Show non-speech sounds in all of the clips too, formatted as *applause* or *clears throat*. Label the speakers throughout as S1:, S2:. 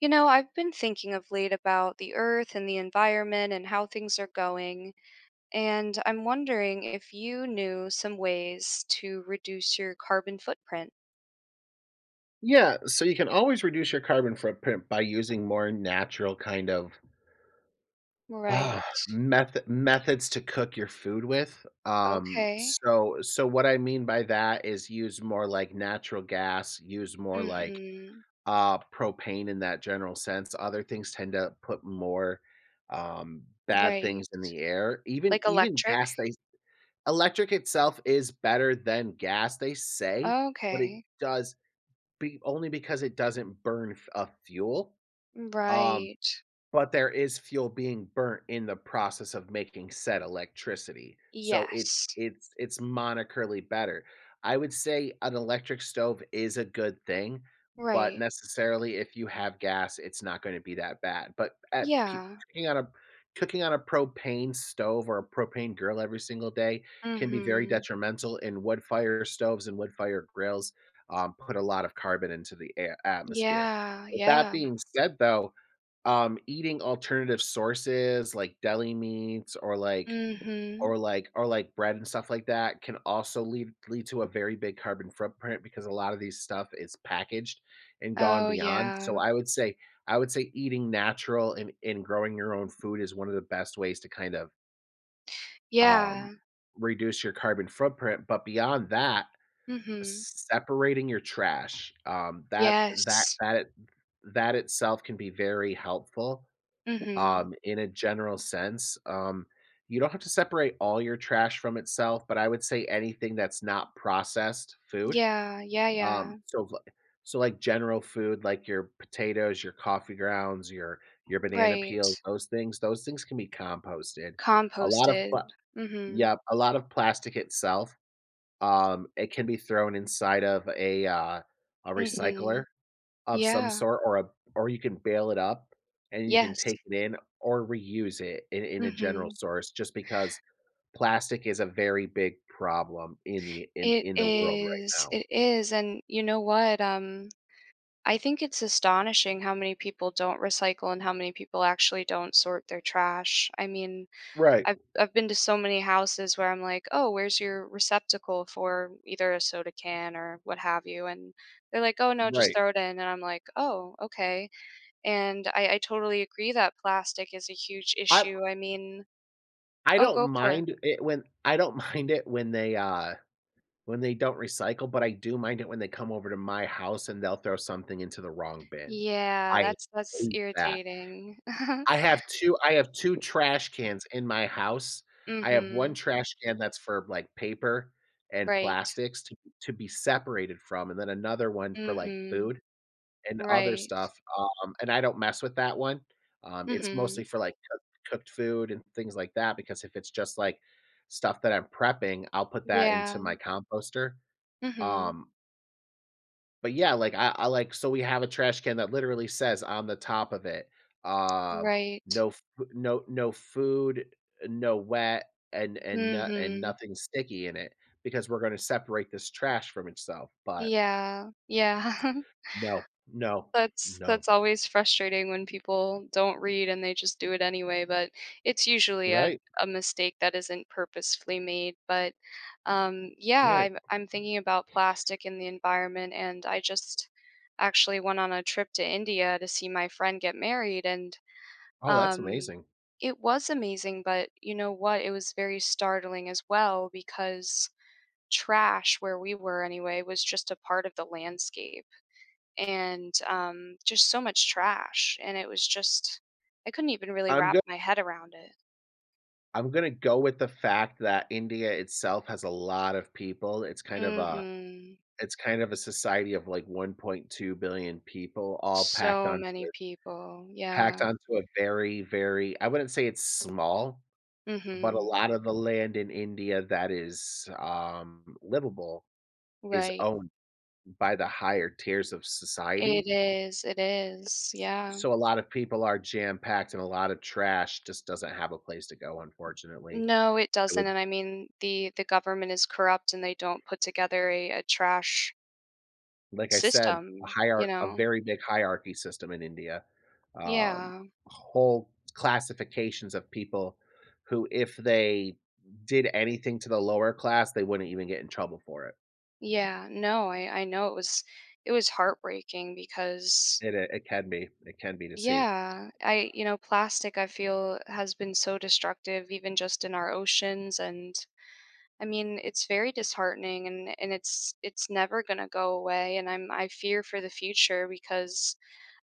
S1: You know, I've been thinking of late about the earth and the environment and how things are going, and I'm wondering if you knew some ways to reduce your carbon footprint.
S2: Yeah, so you can always reduce your carbon footprint by using more natural kind of uh,
S1: Right.
S2: methods to cook your food with. Um,
S1: Okay.
S2: so so what I mean by that is use more like natural gas, use more like
S1: Mhm.
S2: propane in that general sense. Other things tend to put more um bad
S1: Right.
S2: things in the air. Even
S1: Like
S2: even
S1: electric?
S2: gas they electric itself is better than gas, they say, but it
S1: Okay.
S2: does be only because it doesn't burn f a fuel, um,
S1: Right.
S2: but there is fuel being burnt in the process of making said electricity, so it's
S1: Yes.
S2: it's it's monetarily better. I would say an electric stove is a good thing, but
S1: Right.
S2: necessarily if you have gas, it's not gonna be that bad, but at pe
S1: Yeah.
S2: cooking on a cooking on a propane stove or a propane grill every single day can be very
S1: Mhm.
S2: detrimental, and wood fire stoves and wood fire grills, put a lot of carbon into the air atmosphere.
S1: Yeah,
S2: With that
S1: yeah.
S2: being said, though, eating alternative sources like deli meats
S1: Mhm.
S2: or like bread and stuff like that can also lead to a very big carbon footprint because a lot of these stuff is packaged and gone
S1: Oh
S2: beyond.
S1: yeah.
S2: I would say eating natural and growing your own food is one of the best ways to kind of um
S1: Yeah.
S2: reduce your carbon footprint. But beyond that,
S1: Mhm.
S2: separating your trash.
S1: Yes.
S2: That itself can be very helpful
S1: Mhm.
S2: in a general sense. You don't have to separate all your trash from itself, but I would say anything that's not processed food.
S1: Yeah, yeah,
S2: Um,
S1: yeah.
S2: so, li- so like general food, like your potatoes, your coffee grounds, your banana
S1: Right.
S2: peels, those things. Those things can be composted. A lot of
S1: Composted.
S2: pla-
S1: Mhm.
S2: yeah, a lot of plastic itself. It can be thrown inside of a recycler
S1: Mhm.
S2: of some
S1: Yeah.
S2: sort, or a or you can bail it up and you can
S1: Yes.
S2: take it in or reuse it in a general
S1: Mhm.
S2: source just because plastic is a very big problem
S1: It
S2: in the world right
S1: is.
S2: now.
S1: It is. And you know what? I think it's astonishing how many people don't recycle and how many people actually don't sort their trash. I mean,
S2: Right,
S1: I've been to so many houses where I'm like, "Oh, where's your receptacle for either a soda can or what have you?" And they're like, "Oh no, just
S2: right.
S1: throw it in." And I'm like, "Oh, okay." And I totally agree that plastic is a huge
S2: I
S1: issue, I mean.
S2: I
S1: Oh,
S2: don't
S1: go for it.
S2: mind it when I don't *laughs* mind it when they don't recycle, but I do mind it when they come over to my house and they'll throw something into the wrong bin.
S1: Yeah,
S2: I
S1: that's
S2: hate that.
S1: irritating. *laughs*
S2: I have 2 trash cans in my house. I have 1
S1: Mhm.
S2: trash can that's for, like, paper and
S1: Right.
S2: plastics to be separated from, and then another one for, like,
S1: Mhm.
S2: food and other
S1: Right.
S2: stuff, and I don't mess with that one. It's mostly
S1: Mhm.
S2: for, like, cooked food and things like that because if it's just, like, stuff that I'm prepping, I'll put that into
S1: Yeah.
S2: my composter.
S1: Mhm.
S2: Um, but yeah, like I like so we have a trash can that literally says on the top of it, um,
S1: Right.
S2: no food, no wet, and no, and
S1: Mhm.
S2: nothing sticky in it because we're going to separate this trash from itself. But
S1: Yeah. Yeah. *laughs*
S2: no, no,
S1: That's
S2: no.
S1: always frustrating when people don't read and they just do it anyway, but it's usually
S2: Right,
S1: a mistake that isn't purposefully made, but, yeah,
S2: right.
S1: I'm thinking about plastic in the environment, and I just actually went on a trip to India to see my friend get married, and,
S2: Oh, that's
S1: um,
S2: amazing.
S1: it was amazing, but you know what? It was very startling as well because trash, where we were anyway, was just a part of the landscape and just so much trash. And it was just, I couldn't even really
S2: I'm
S1: wrap
S2: good.
S1: my head around it.
S2: I'm gonna go with the fact that India itself has a lot of people.
S1: Mm hmm
S2: It's kind of a society of like 1.2 billion people all packed
S1: So
S2: onto
S1: many people.
S2: packed
S1: Yeah.
S2: onto a very, very I wouldn't say it's small,
S1: mm
S2: but a
S1: hmm
S2: lot of the land in India that is, livable is
S1: Right.
S2: owned by the higher tiers of
S1: It
S2: society.
S1: is. It is. Yeah.
S2: So a lot of people are jam packed and a lot of trash just doesn't have a place to go, unfortunately.
S1: No, it
S2: I
S1: doesn't.
S2: would
S1: And I mean, the government is corrupt and they don't put together a trash
S2: Like I said,
S1: system, you
S2: a
S1: know?
S2: very big hierarchy system in India. Um,
S1: Yeah.
S2: whole classifications of people who, if they did anything to the lower class, they wouldn't even get in trouble for it.
S1: Yeah. No, I know it was heartbreaking because
S2: It I it can be to see.
S1: yeah, I you know, plastic I feel has been so destructive even just in our oceans and I mean, it's very disheartening and it's never going to go away and I fear for the future because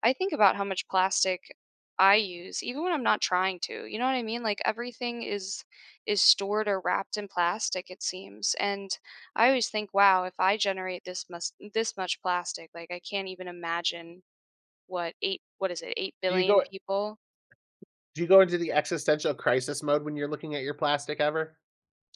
S1: I think about how much plastic I use even when I'm not trying to. You know what I mean? Like everything is stored or wrapped in plastic it seems. And I always think, wow, if I generate this much plastic, like I can't even imagine what, 8 what is it,
S2: Do you
S1: 8 billion
S2: go
S1: people?
S2: do you go into the existential crisis mode when you're looking at your plastic ever?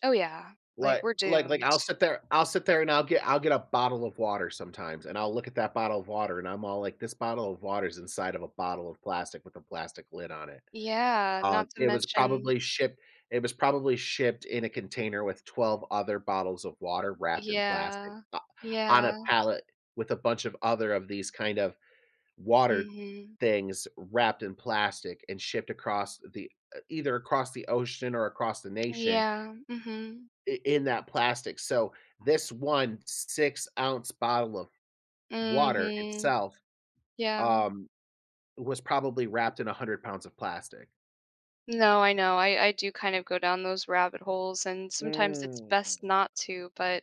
S1: Oh, yeah, like, we're doomed.
S2: I'll sit there and I'll get a bottle of water sometimes, and I'll look at that bottle of water, and I'm all like, "This bottle of water is inside of a bottle of plastic with a plastic lid on it."
S1: Yeah,
S2: Um,
S1: not to
S2: it was
S1: mention
S2: probably shipped it was probably shipped in a container with 12 other bottles of water wrapped in plastic
S1: yeah,
S2: o on a
S1: yeah,
S2: pallet with a bunch of other of these kind of water
S1: mhm,
S2: things wrapped in plastic and shipped across the, either across the ocean or across the nation
S1: yeah, mhm,
S2: I in that plastic, so this 1 6-ounce bottle of water
S1: mhm,
S2: itself,
S1: yeah.
S2: um, was probably wrapped in 100 pounds of plastic.
S1: No, I know, I do kind of go down those rabbit holes, and sometimes it's
S2: Mm.
S1: best not to, but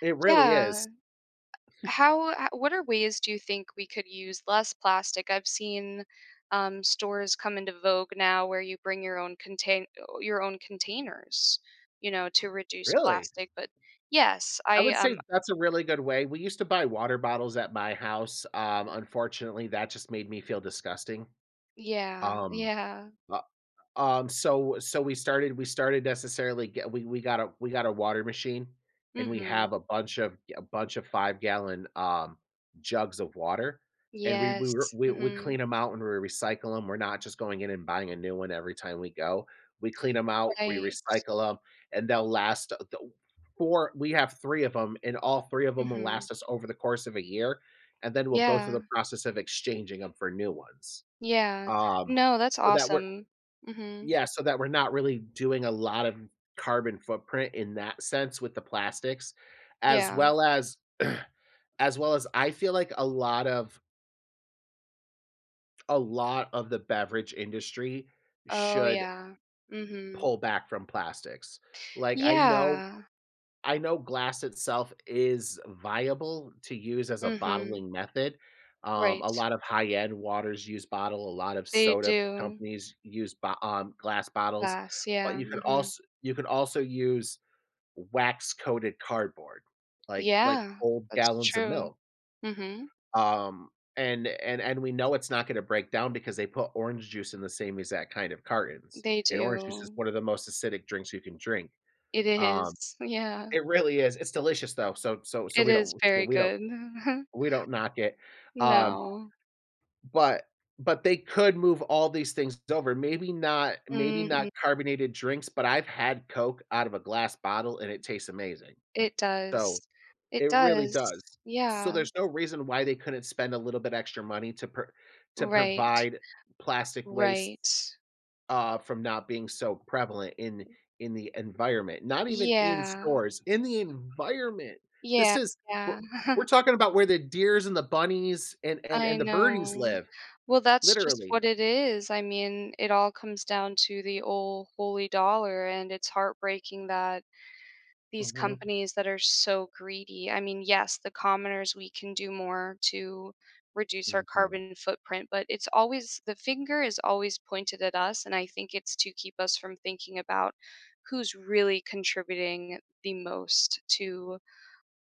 S2: It really is.
S1: yeah. How what are ways do you think we could use less plastic? I've seen stores come into vogue now where you bring your own contain your own containers, you know, to reduce
S2: Really?
S1: plastic, but yes,
S2: I
S1: I
S2: would say that's a really good way. We used to buy water bottles at my house, unfortunately, that just made me feel disgusting.
S1: yeah,
S2: Um,
S1: yeah,
S2: uh we started necessarily get we got a water machine and we
S1: mm-hmm,
S2: have a bunch of 5 gallon, jugs of water, and
S1: yes,
S2: we
S1: mm-hmm,
S2: clean them out and we recycle them. We're not just going in and buying a new one every time we go. We clean them out, we
S1: right,
S2: recycle them, and they'll last, uh, th 4 we have 3 of them, and all 3 of them will
S1: mm-hmm,
S2: last us over the course of a year, and then we'll go through
S1: yeah,
S2: the process of exchanging them for new ones.
S1: yeah.
S2: Um,
S1: No, that's
S2: so that we're
S1: awesome. Mm-hmm.
S2: yeah, so that we're not really doing a lot of carbon footprint in that sense with the plastics, as
S1: Yeah.
S2: well as *clears throat* as well as I feel like a lot of the beverage industry
S1: Oh
S2: should
S1: yeah. Mm-hmm.
S2: pull back from plastics. Like,
S1: Yeah.
S2: I know glass itself is viable to use as a
S1: Mm-hmm.
S2: bottling method.
S1: Right.
S2: A lot of high-end waters use bottle, a lot of
S1: They
S2: soda
S1: do.
S2: companies use bo glass bottles,
S1: Class,
S2: but
S1: yeah, mhm.
S2: you can also use wax-coated cardboard, like
S1: Yeah,
S2: old
S1: that's
S2: gallons of
S1: true.
S2: milk.
S1: Mhm.
S2: Um, and we know it's not gonna break down because they put orange juice in the same exact kind of cartons,
S1: They
S2: and orange juice is
S1: do.
S2: one of the most acidic drinks you can drink.
S1: It
S2: Um
S1: is, *laughs* yeah.
S2: it really is. It's delicious though,
S1: It is very good. *laughs*
S2: we don't knock it. Um,
S1: No.
S2: but but they could move all these things over. Maybe not
S1: Mhm.
S2: carbonated drinks, but I've had Coke out of a glass bottle and it tastes amazing.
S1: It
S2: So,
S1: does. It
S2: it really does.
S1: does.
S2: So
S1: Yeah.
S2: there's no reason why they couldn't spend a little bit extra money to
S1: Right.
S2: provide plastic wastes
S1: Right.
S2: from not being so prevalent in the environment, not even in
S1: Yeah.
S2: stores, in the environment.
S1: Yeah,
S2: This is we're,
S1: yeah. *laughs*
S2: we're talking about where the deers and the bunnies
S1: I
S2: and the birdies
S1: know.
S2: live,
S1: Well, that's just
S2: literally.
S1: what it is. I mean, it all comes down to the old holy dollar, and it's heartbreaking that these
S2: Hmm.
S1: companies that are so greedy. I mean, yes, the commoners, we can do more to reduce our
S2: Hmm.
S1: carbon footprint, but it's always the finger is always pointed at us. And I think it's to keep us from thinking about who's really contributing the most to,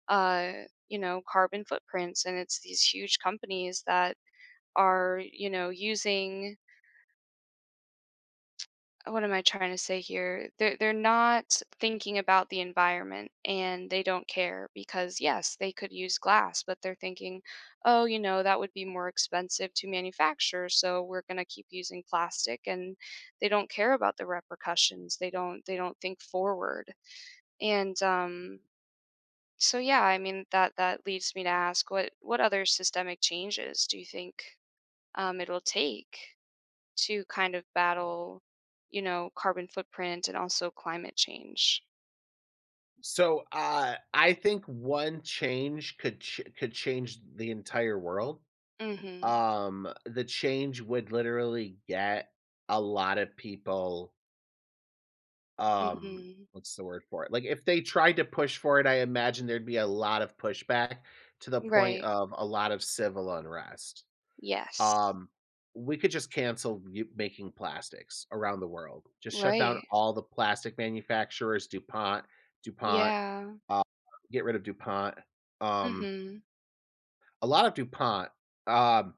S1: uh, you know, carbon footprints. And it's these huge companies that are, you know, using what am I trying to say here? They're not thinking about the environment and they don't care because yes, they could use glass, but they're thinking, oh, you know, that would be more expensive to manufacture, so we're gonna keep using plastic and they don't care about the repercussions. They don't think forward. And so yeah, I mean that leads me to ask what other systemic changes do you think it'll take to kind of battle, you know, carbon footprint and also climate change?
S2: So I think one change could change the entire world.
S1: Mhm.
S2: The change would literally get a lot of people
S1: Mhm.
S2: what's the word for it? Like, if they tried to push for it, I imagine there'd be a lot of pushback to the point
S1: Right.
S2: of a lot of civil unrest.
S1: Yes.
S2: Um, we could just making plastics around the world. Just shut down
S1: Right.
S2: all the plastic manufacturers, DuPont, DuPont,
S1: Yeah.
S2: uh, get rid of DuPont. Um,
S1: Mhm.
S2: a lot of DuPont. Um,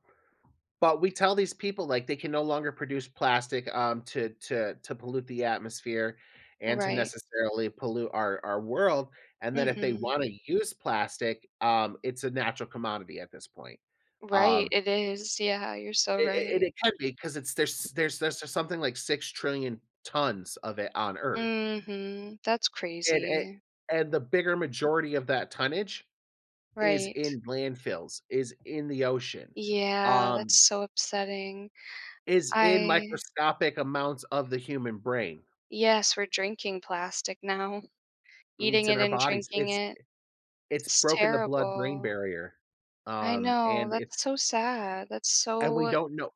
S2: but we tell these people, like, they can no longer produce plastic, to pollute the atmosphere and to
S1: Right.
S2: necessarily pollute our world, and then if they
S1: Mhm.
S2: wanna use plastic, it's a natural commodity at this point.
S1: Right.
S2: Um,
S1: It is. Yeah, you're so right.
S2: it can be because it's there's something like 6,000,000,000,000 tons of it on Earth,
S1: Mhm. That's
S2: and and
S1: crazy.
S2: and the bigger majority of that tonnage is
S1: Right.
S2: in landfills, is in the ocean.
S1: Yeah, that's
S2: Um
S1: so upsetting.
S2: Is in
S1: I
S2: microscopic amounts of the human brain.
S1: yes, we're drinking plastic now.
S2: Mm,
S1: Eating
S2: it's in
S1: it
S2: our
S1: and
S2: bodies.
S1: drinking it.
S2: It's
S1: It's
S2: broken the blood-brain
S1: terrible.
S2: barrier,
S1: I know.
S2: and
S1: That's
S2: it's
S1: so sad. That's
S2: and we
S1: so
S2: don't know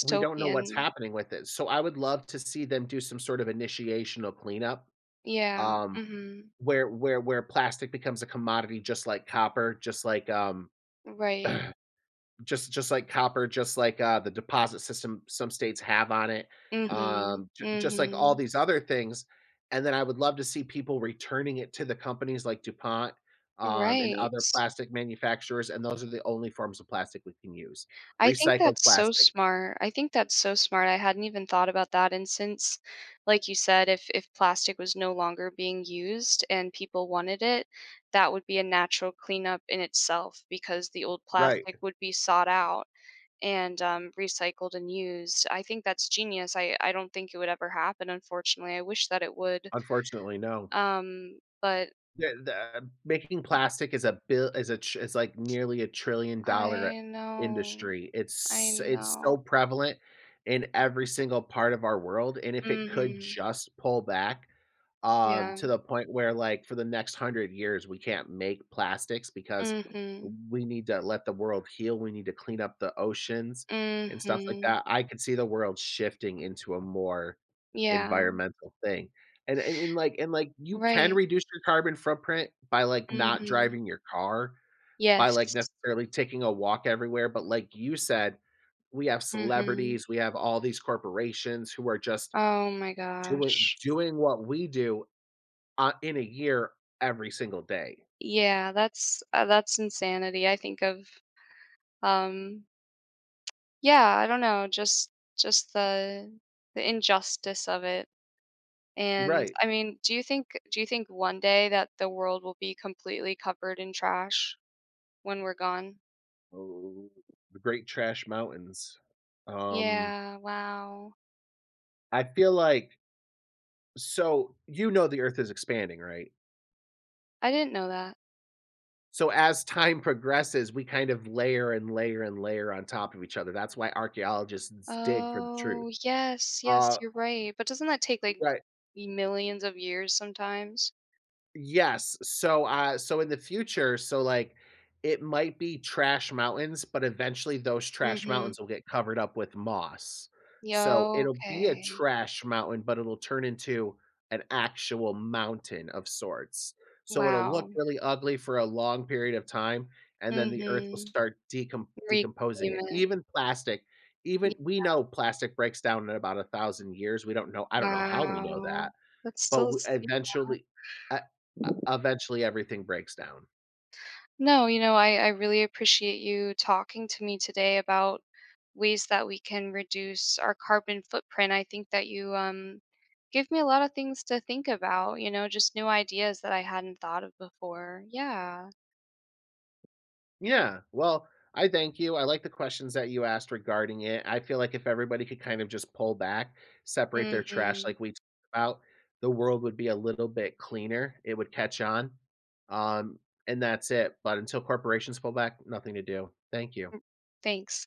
S2: what's happening with it, so I would love to see them do some sort of initiational cleanup,
S1: Yeah.
S2: um,
S1: Mhm.
S2: where plastic becomes a commodity just like copper,
S1: Right.
S2: Just like copper, just like, the deposit system some states have on it,
S1: Mhm.
S2: j just like all
S1: Mhm.
S2: these other things, and then I would love to see people returning it to the companies like DuPont, and
S1: Right.
S2: other plastic manufacturers, and those are the only forms of plastic we can use.
S1: I think
S2: Recycled
S1: that's so
S2: plastic.
S1: smart. I think that's so smart. I hadn't even thought about that, and since like you said, if plastic was no longer being used and people wanted it, that would be a natural cleanup in itself because the old
S2: Right.
S1: plastic would be sought out and recycled and used. I think that's genius. I don't think it would ever happen, unfortunately. I wish that it would.
S2: Unfortunately, no.
S1: But
S2: The making plastic is a bill is a tr is like nearly a
S1: I
S2: $1,000,000,000,000
S1: know.
S2: industry.
S1: I
S2: It's
S1: know.
S2: so prevalent in every single part of our world, and if it could
S1: Mm-hmm.
S2: just pull back,
S1: Yeah.
S2: to the point where, like, for the next 100 years, we can't make plastics because
S1: Mm-hmm.
S2: we need to let the world heal, we need to clean up the oceans and stuff like
S1: Mm-hmm.
S2: that. I could see the world shifting into a more
S1: Yeah.
S2: environmental thing. And, like, you can
S1: Right.
S2: reduce your carbon footprint by, like, not
S1: Mm-hmm.
S2: driving your car, by, like,
S1: Yes.
S2: necessarily taking a walk everywhere, but like you said, we have
S1: Mm-hmm.
S2: celebrities, we have all these corporations who are just
S1: Oh my gosh.
S2: doing what we do in a year, every single day.
S1: Yeah, that's insanity. I think of um yeah, I don't know, just the injustice of it. And
S2: Right.
S1: I mean, do you think one day that the world will be completely covered in trash when we're gone?
S2: Oh. The Great Trash Mountains. Um,
S1: Yeah, wow.
S2: I feel like so you know the Earth is expanding, right?
S1: I didn't know that.
S2: So as time progresses, we kind of layer and layer and layer on top of each other. That's why archaeologists dig for the truth.
S1: Oh, yes, yes,
S2: Uh,
S1: you're right. But doesn't that take like
S2: right.
S1: millions of years sometimes?
S2: Yes, so in the future so, like, it might be trash mountains, but eventually those trash
S1: Mhm.
S2: mountains will get covered up with moss.
S1: Yeah,
S2: So, it'll be a
S1: okay.
S2: trash mountain, but it'll turn into an actual mountain of sorts. So, it'll look
S1: Wow.
S2: really ugly for a long period of time, and then the earth will
S1: Mhm.
S2: start decomposing
S1: Reclaim
S2: it.
S1: it.
S2: Even plastic
S1: Yeah,
S2: even we know plastic breaks down in about 1,000 years, we don't know I don't know how we know
S1: wow.
S2: that.
S1: That's
S2: But
S1: still
S2: w eventually e e eventually everything breaks down.
S1: no, you know, I really appreciate you talking to me today about ways that we can reduce our carbon footprint. I think that you gave me a lot of things to think about, you know, just new ideas that I hadn't thought of before. Yeah.
S2: Yeah, well, I thank you, I like the questions that you asked regarding it, I feel like if everybody could kind of just pull back, separate their trash
S1: Hmm.
S2: like we talked about, the world would be a little bit cleaner, it would catch on, um, and that's it, but until corporations pull back, nothing to do. Thank you.
S1: Thanks.